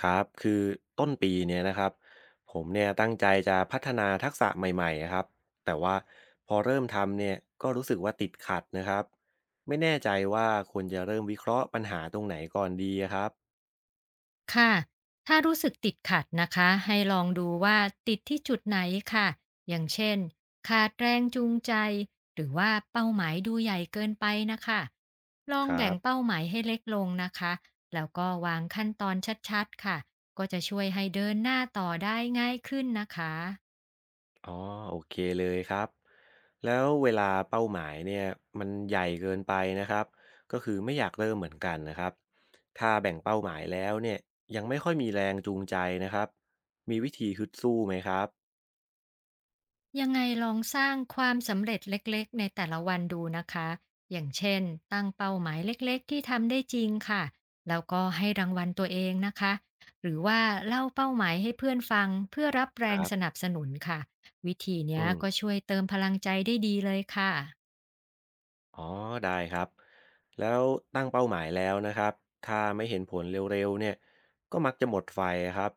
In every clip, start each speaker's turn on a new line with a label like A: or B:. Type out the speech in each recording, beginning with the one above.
A: ครับคือต้นปีเนี่ยนะครับผมเนี่ยตั้งใจจะพัฒนาทักษะใหม่ๆนะครับแต่ว่าพอเริ่มทำเนี่ยก็รู้สึกว่าติดขัดนะครับไม่แน่ใจว่าควรจะเริ่มวิเคราะห์ปัญหาตรงไหนก่อนดีอะครับ
B: ค่ะ ถ้ารู้สึกติดขัดนะคะ ให้ลองดูว่าติดที่จุดไหนค่ะ อย่างเช่นขาดแรงจูงใจ หรือว่าเป้าหมายดูใหญ่เกินไปนะคะ ลอ
A: ค
B: ง
A: รั
B: แบ่ง
A: บ
B: เป้าหมายให้เล็กลงนะคะ แล้วก็วางขั้นตอนชัดๆค่ะ ก็จะช่วยให้เดินหน้าต่อได้ง่ายขึ้นนะคะ
A: อ๋อโอเคเลยครับแล้วเวลาเป้าหมายเนี่ยมันใหญ่เกินไปนะครับก็คือไม่อยากเริ่มเหมือนกันนะครับถ้าแบ่งเป้าหมายแล้วเนี่ยยังไม่ค่อยมีแรงจูงใจนะครับมีวิธีฮึดสู้ไหมครับ
B: ยังไงลองสร้างความสำเร็จเล็กๆในแต่ละวันดูนะคะ อย่างเช่นตั้งเป้าหมายเล็กๆที่ทำได้จริงค่ะ แล้วก็ให้รางวัลตัวเองนะคะ หรือว่าเล่าเป้าหมายให้เพื่อนฟังเพื่อรับแร
A: ค
B: ง
A: รั
B: ส
A: บ
B: นับสนุนค่ะ วิธีเนี้
A: อื
B: ย
A: ม
B: ก็ช่วยเติมพลังใจได้ดีเลยค่ะ
A: อ๋อได้ครับแล้วตั้งเป้าหมายแล้วนะครับถ้าไม่เห็นผลเร็วๆเนี่ยก็มักจะหมดไฟครับ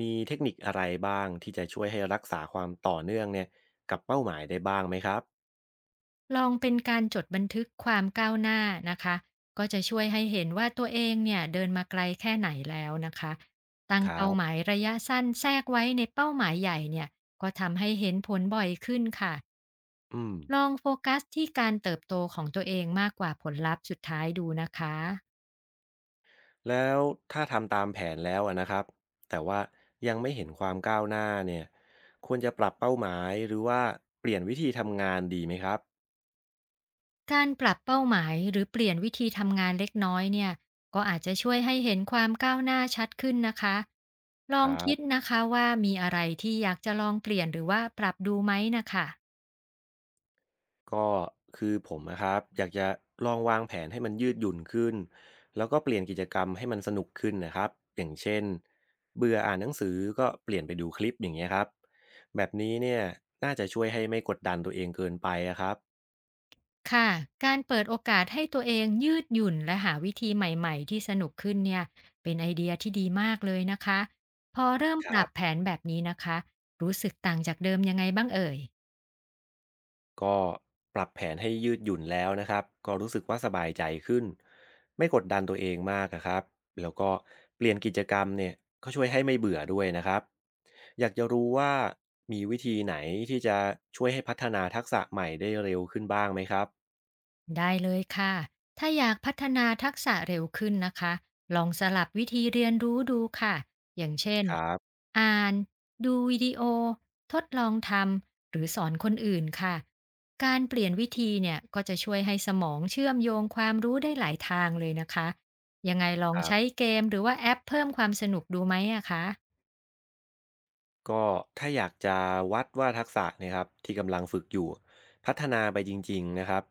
A: มีเทคนิคอะไรบ้างที่จะช่วยให้รักษาความต่อเนื่องเนี่ยกับเป้าหมายได้บ้างไหมครับ
B: ลองเป็นการจดบันทึกความก้าวหน้านะคะก็จะช่วยให้เห็นว่าตัวเองเนี่ยเดินมาไกลแค่ไหนแล้วนะคะตั้
A: ค
B: ง
A: รั
B: เป้าหมา
A: บ
B: ยระยะสั้นแทรกไว้ในเป้าหมายใหญ่เนี่ยก็ทำให้เห็นผลบ่อยขึ้นค่ะ
A: อืม
B: ลองโฟกัสที่การเติบโตของตัวเองมากกว่าผลลัพธ์สุดท้ายดูนะคะ
A: แล้วถ้าทำตามแผนแล้วอะนะครับแต่ว่ายังไม่เห็นความก้าวหน้าเนี่ยควรจะปรับเป้าหมายหรือว่าเปลี่ยนวิธีทำงานดีไหมครับ
B: การปรับเป้าหมายหรือเปลี่ยนวิธีทำงานเล็กน้อยเนี่ยก็อาจจะช่วยให้เห็นความก้าวหน้าชัดขึ้นนะคะล
A: ค
B: อง
A: รั
B: คิด
A: บ
B: นะคะว่ามีอะไรที่อยากจะลองเปลี่ยนหรือว่าปรับดูไหมนะคะ
A: ก็คือผมอะครับอยากจะลองวางแผนให้มันยืดหยุ่นขึ้นแล้วก็เปลี่ยนกิจกรรมให้มันสนุกขึ้นนะครับอย่างเช่นเบื่ออ่านหนังสือก็เปลี่ยนไปดูคลิปอย่างเงี้ยครับแบบนี้เนี่ยน่าจะช่วยให้ไม่กดดันตัวเองเกินไปอะครับ
B: ค่ะการเปิดโอกาสให้ตัวเองยืดหยุ่นและหาวิธีใหม่ๆที่สนุกขึ้นเนี่ยเป็นไอเดียที่ดีมากเลยนะคะพอเริ่ม
A: ค
B: ป
A: รั
B: รับ
A: บ
B: แผนแบบนี้นะคะรู้สึกต่างจากเดิมยังไงบ้างเอ่ย
A: ก็ปรับแผนให้ยืดหยุ่นแล้วนะครับก็รู้สึกว่าสบายใจขึ้นไม่กดดันตัวเองมากอะครับแล้วก็เปลี่ยนกิจกรรมเนี่ยก็ช่วยให้ไม่เบื่อด้วยนะครับอยากจะรู้ว่ามีวิธีไหนที่จะช่วยให้พัฒนาทักษะใหม่ได้เร็วขึ้นบ้างไหมครับ
B: ได้เลยค่ะ ถ้าอยากพัฒนาทักษะเร็วขึ้นนะคะ ลองสลับวิธีเรียนรู้ดูค่ะ อย่างเช่น
A: ครับ
B: อ่าน ดูวิดีโอ ทดลองทำ หรือสอนคนอื่นค่ะ การเปลี่ยนวิธีเนี่ยก็จะช่วยให้สมองเชื่อมโยงความรู้ได้หลายทางเลยนะคะ ยังไงลอ
A: ค
B: ง
A: รั
B: ใช้
A: บ
B: เกมหรือว่าแอปเพิ่มความสนุกดูไหมอะคะ
A: ก็ถ้าอยากจะวัดว่าทักษะเนยครับที่กำลังฝึกอยู่พัฒนาไปจริงๆนะครับ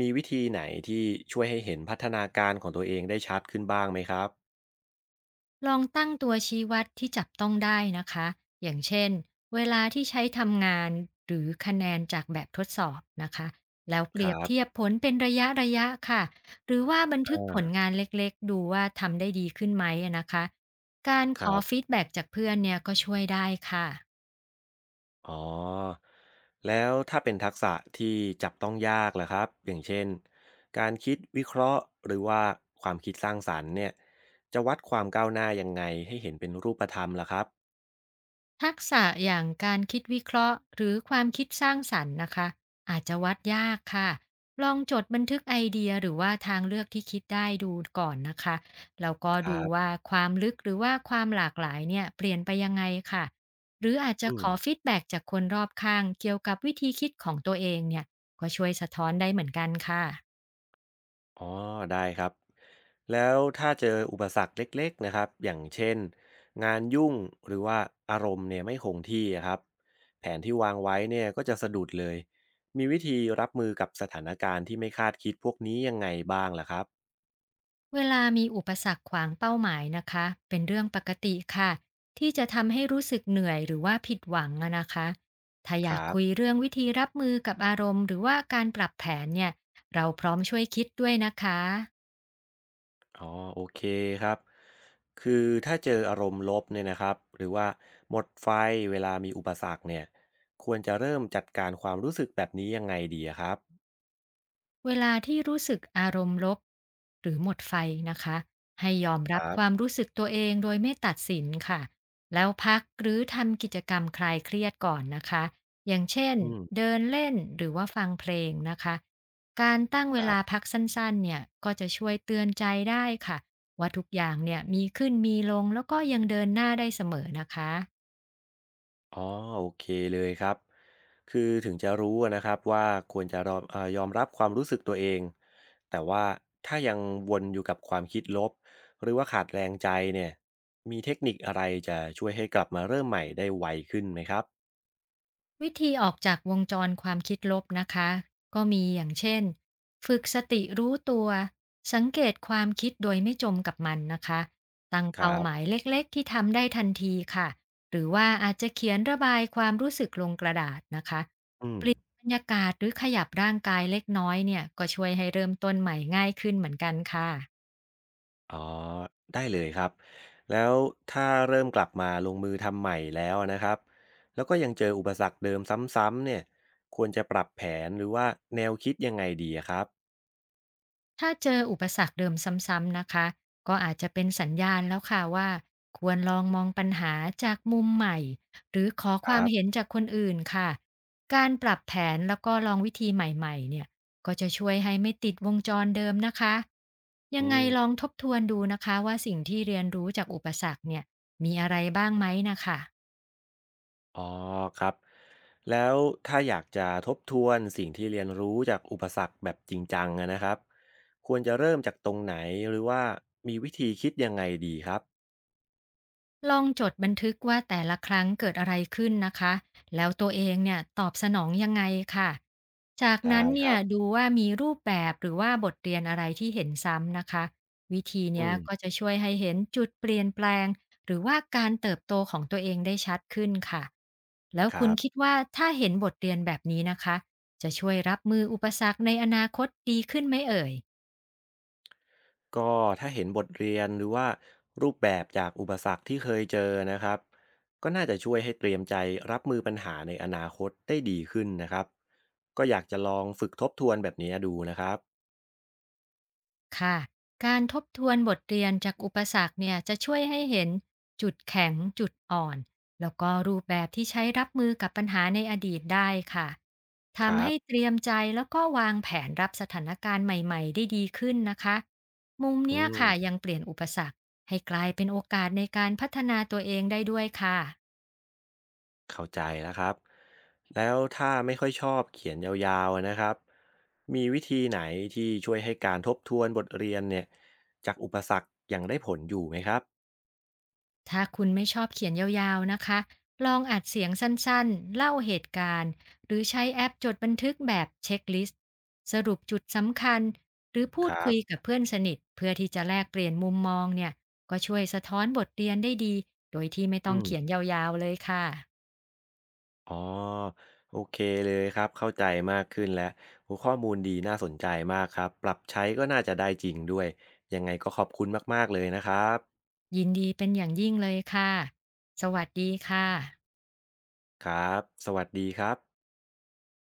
A: มีวิธีไหนที่ช่วยให้เห็นพัฒนาการของตัวเองได้ชัดขึ้นบ้างไหมครับ
B: ลองตั้งตัวชี้วัดที่จับต้องได้นะคะ อย่างเช่นเวลาที่ใช้ทำงานหรือคะแนนจากแบบทดสอบนะคะ แล้วเป
A: ค
B: รีย
A: รั
B: บ
A: บ
B: เทียบผลเป็นระยะระยะค่ะ หรือว่าบันทึกผลงานเล็กๆดูว่าทำได้ดีขึ้นไหมอะนะคะ การ
A: ค
B: ข
A: รั
B: อฟี
A: บ
B: ดแบ็จากเพื่อนเนี่ยก็ช่วยได้ค่ะ
A: อ๋อ แล้วถ้าเป็นทักษะที่จับต้องยากล่ะครับอย่างเช่น การคิดวิเคราะห์หรือว่าความคิดสร้างสรรค์เนี่ยจะวัดความก้าวหน้ายังไงให้เห็นเป็นรูปธรรมล่ะครับ
B: ทักษะอย่างการคิดวิเคราะห์หรือความคิดสร้างสรรค์นะคะอาจจะวัดยากค่ะลองจดบันทึกไอเดียหรือว่าทางเลือกที่คิดได้ดูก่อนนะคะแล้วก็
A: ครั
B: ดู
A: บ
B: ว่าความลึกหรือว่าความหลากหลายเนี่ยเปลี่ยนไปยังไงค่ะหรืออาจจะ
A: อื
B: ข
A: ม
B: อฟีดแบ็กจากคนรอบข้างเกี่ยวกับวิธีคิดของตัวเองเนี่ยก็ช่วยสะท้อนได้เหมือนกันค่ะ
A: อ๋อ ได้ครับ แล้วถ้าเจออุปสรรคเล็กๆนะครับอย่างเช่นงานยุ่งหรือว่าอารมณ์เนี่ยไม่คงที่อะครับแผนที่วางไว้เนี่ยก็จะสะดุดเลยมีวิธีรับมือกับสถานการณ์ที่ไม่คาดคิดพวกนี้ยังไงบ้างล่ะครับ
B: เวลามีอุปสรรคขวางเป้าหมายนะคะเป็นเรื่องปกติค่ะที่จะทำให้รู้สึกเหนื่อยหรือว่าผิดหวังอะนะคะถ้าอ
A: ค
B: ยาก
A: รั
B: คุย
A: บ
B: เรื่องวิธีรับมือกับอารมณ์หรือว่าการปรับแผนเนี่ยเราพร้อมช่วยคิดด้วยนะคะ
A: อ๋อโอเคครับ คือถ้าเจออารมณ์ลบเนี่ยนะครับหรือว่าหมดไฟเวลามีอุปสรรคเนี่ยควรจะเริ่มจัดการความรู้สึกแบบนี้ยังไงดีอะครับ
B: เวลาที่รู้สึกอารมณ์ลบหรือหมดไฟนะคะให้ยอม
A: ค
B: รับ
A: รั
B: ความ
A: บ
B: รู้สึกตัวเองโดยไม่ตัดสินค่ะแล้วพักหรือทำกิจกรรมคลายเครียดก่อนนะคะอย่างเช่น
A: อืม
B: เดินเล่นหรือว่าฟังเพลงนะคะการตั้งเว
A: ครั
B: ลา
A: บ
B: พักสั้นๆเนี่ยก็จะช่วยเตือนใจได้ค่ะว่าทุกอย่างเนี่ยมีขึ้นมีลงแล้วก็ยังเดินหน้าได้เสมอนะคะ
A: อ๋อโอเคเลยครับคือถึงจะรู้อะนะครับว่าควรจะยอมรับความรู้สึกตัวเองแต่ว่าถ้ายังวนอยู่กับความคิดลบหรือว่าขาดแรงใจเนี่ยมีเทคนิคอะไรจะช่วยให้กลับมาเริ่มใหม่ได้ไวขึ้นไหมครับ
B: วิธีออกจากวงจรความคิดลบนะคะก็มีอย่างเช่นฝึกสติรู้ตัวสังเกตความคิดโดยไม่จมกับมันนะคะตั้ง
A: ครั
B: เป้าหมาย
A: บ
B: เล็กๆที่ทำได้ทันทีค่ะหรือว่าอาจจะเขียนระบายความรู้สึกลงกระดาษนะคะ
A: อืม
B: เปลี่ยนบรรยากาศหรือขยับร่างกายเล็กน้อยเนี่ยก็ช่วยให้เริ่มต้นใหม่ง่ายขึ้นเหมือนกันค่ะ
A: อ๋อได้เลยครับแล้วถ้าเริ่มกลับมาลงมือทำใหม่แล้วนะครับแล้วก็ยังเจออุปสรรคเดิมซ้ำๆเนี่ยควรจะปรับแผนหรือว่าแนวคิดยังไงดีอะครับ
B: ถ้าเจออุปสรรคเดิมซ้ำๆนะคะก็อาจจะเป็นสัญญาณแล้วค่ะว่าควรลองมองปัญหาจากมุมใหม่หรือขอ
A: ค
B: ควา
A: รั
B: มเห็
A: บ
B: นจากคนอื่นค่ะการปรับแผนแล้วก็ลองวิธีใหม่ๆเนี่ยก็จะช่วยให้ไม่ติดวงจรเดิมนะคะ
A: อื
B: ยังไง
A: ม
B: ลองทบทวนดูนะคะว่าสิ่งที่เรียนรู้จากอุปสรรคเนี่ยมีอะไรบ้างไหมนะคะ
A: อ๋อครับแล้วถ้าอยากจะทบทวนสิ่งที่เรียนรู้จากอุปสรรคแบบจริงจังอะนะครับควรจะเริ่มจากตรงไหนหรือว่ามีวิธีคิดยังไงดีครับ
B: ลองจดบันทึกว่าแต่ละครั้งเกิดอะไรขึ้นนะคะแล้วตัวเองเนี่ยตอบสนองยังไงค่ะจาก
A: ได้
B: นั้น
A: ค
B: เนี่
A: รั
B: ย
A: บ
B: ดูว่ามีรูปแบบหรือว่าบทเรียนอะไรที่เห็นซ้ำนะคะวิธี
A: อื
B: เนี้ย
A: ม
B: ก็จะช่วยให้เห็นจุดเปลี่ยนแปลงหรือว่าการเติบโตของตัวเองได้ชัดขึ้นค่ะแล้ว
A: ค
B: คุ
A: รั
B: ณคิด
A: บ
B: ว่าถ้าเห็นบทเรียนแบบนี้นะคะจะช่วยรับมืออุปสรรคในอนาคตดีขึ้นไหมเอ่ย
A: ก็ถ้าเห็นบทเรียนหรือว่ารูปแบบจากอุปสรรคที่เคยเจอนะครับก็น่าจะช่วยให้เตรียมใจรับมือปัญหาในอนาคตได้ดีขึ้นนะครับก็อยากจะลองฝึกทบทวนแบบนี้ดูนะครับ
B: ค่ะการทบทวนบทเรียนจากอุปสรรคเนี่ยจะช่วยให้เห็นจุดแข็งจุดอ่อนแล้วก็รูปแบบที่ใช้รับมือกับปัญหาในอดีตได้ค่ะ
A: ค
B: ทำ
A: รับ
B: ให้เตรียมใจแล้วก็วางแผนรับสถานการณ์ใหม่ๆได้ดีขึ้นนะคะมุม
A: อื
B: เนี้ยค่ะยั
A: ม
B: งเปลี่ยนอุปสรรคให้กลายเป็นโอกาสในการพัฒนาตัวเองได้ด้วยค่ะ
A: เข้าใจแล้วครับแล้วถ้าไม่ค่อยชอบเขียนยาวๆนะครับมีวิธีไหนที่ช่วยให้การทบทวนบทเรียนเนี่ยจากอุปสรรคอย่างได้ผลอยู่ไหมครับ
B: ถ้าคุณไม่ชอบเขียนยาวๆนะคะ ลองอัดเสียงสั้นๆเล่าเหตุการณ์หรือใช้แอปจดบันทึกแบบเช็คลิสต์สรุปจุดสำคัญ หรือพู
A: ค
B: ด
A: รั
B: คุ
A: บ
B: ยกับเพื่อนสนิทเพื่อที่จะแลกเปลี่ยนมุมมองเนี่ยก็ช่วยสะท้อนบทเรียนได้ดีโดยที่ไม่
A: อื
B: ต้องเขียน
A: ม
B: ยาวๆเลยค่ะ
A: อ๋อโอเคเลยครับเข้าใจมากขึ้นแล้วโอ้ข้อมูลดีน่าสนใจมากครับปรับใช้ก็น่าจะได้จริงด้วยยังไงก็ขอบคุณมากๆเลยนะครับ
B: ยินดีเป็นอย่างยิ่งเลยค่ะสวัสดีค่ะ
A: ครับสวัสดีครับ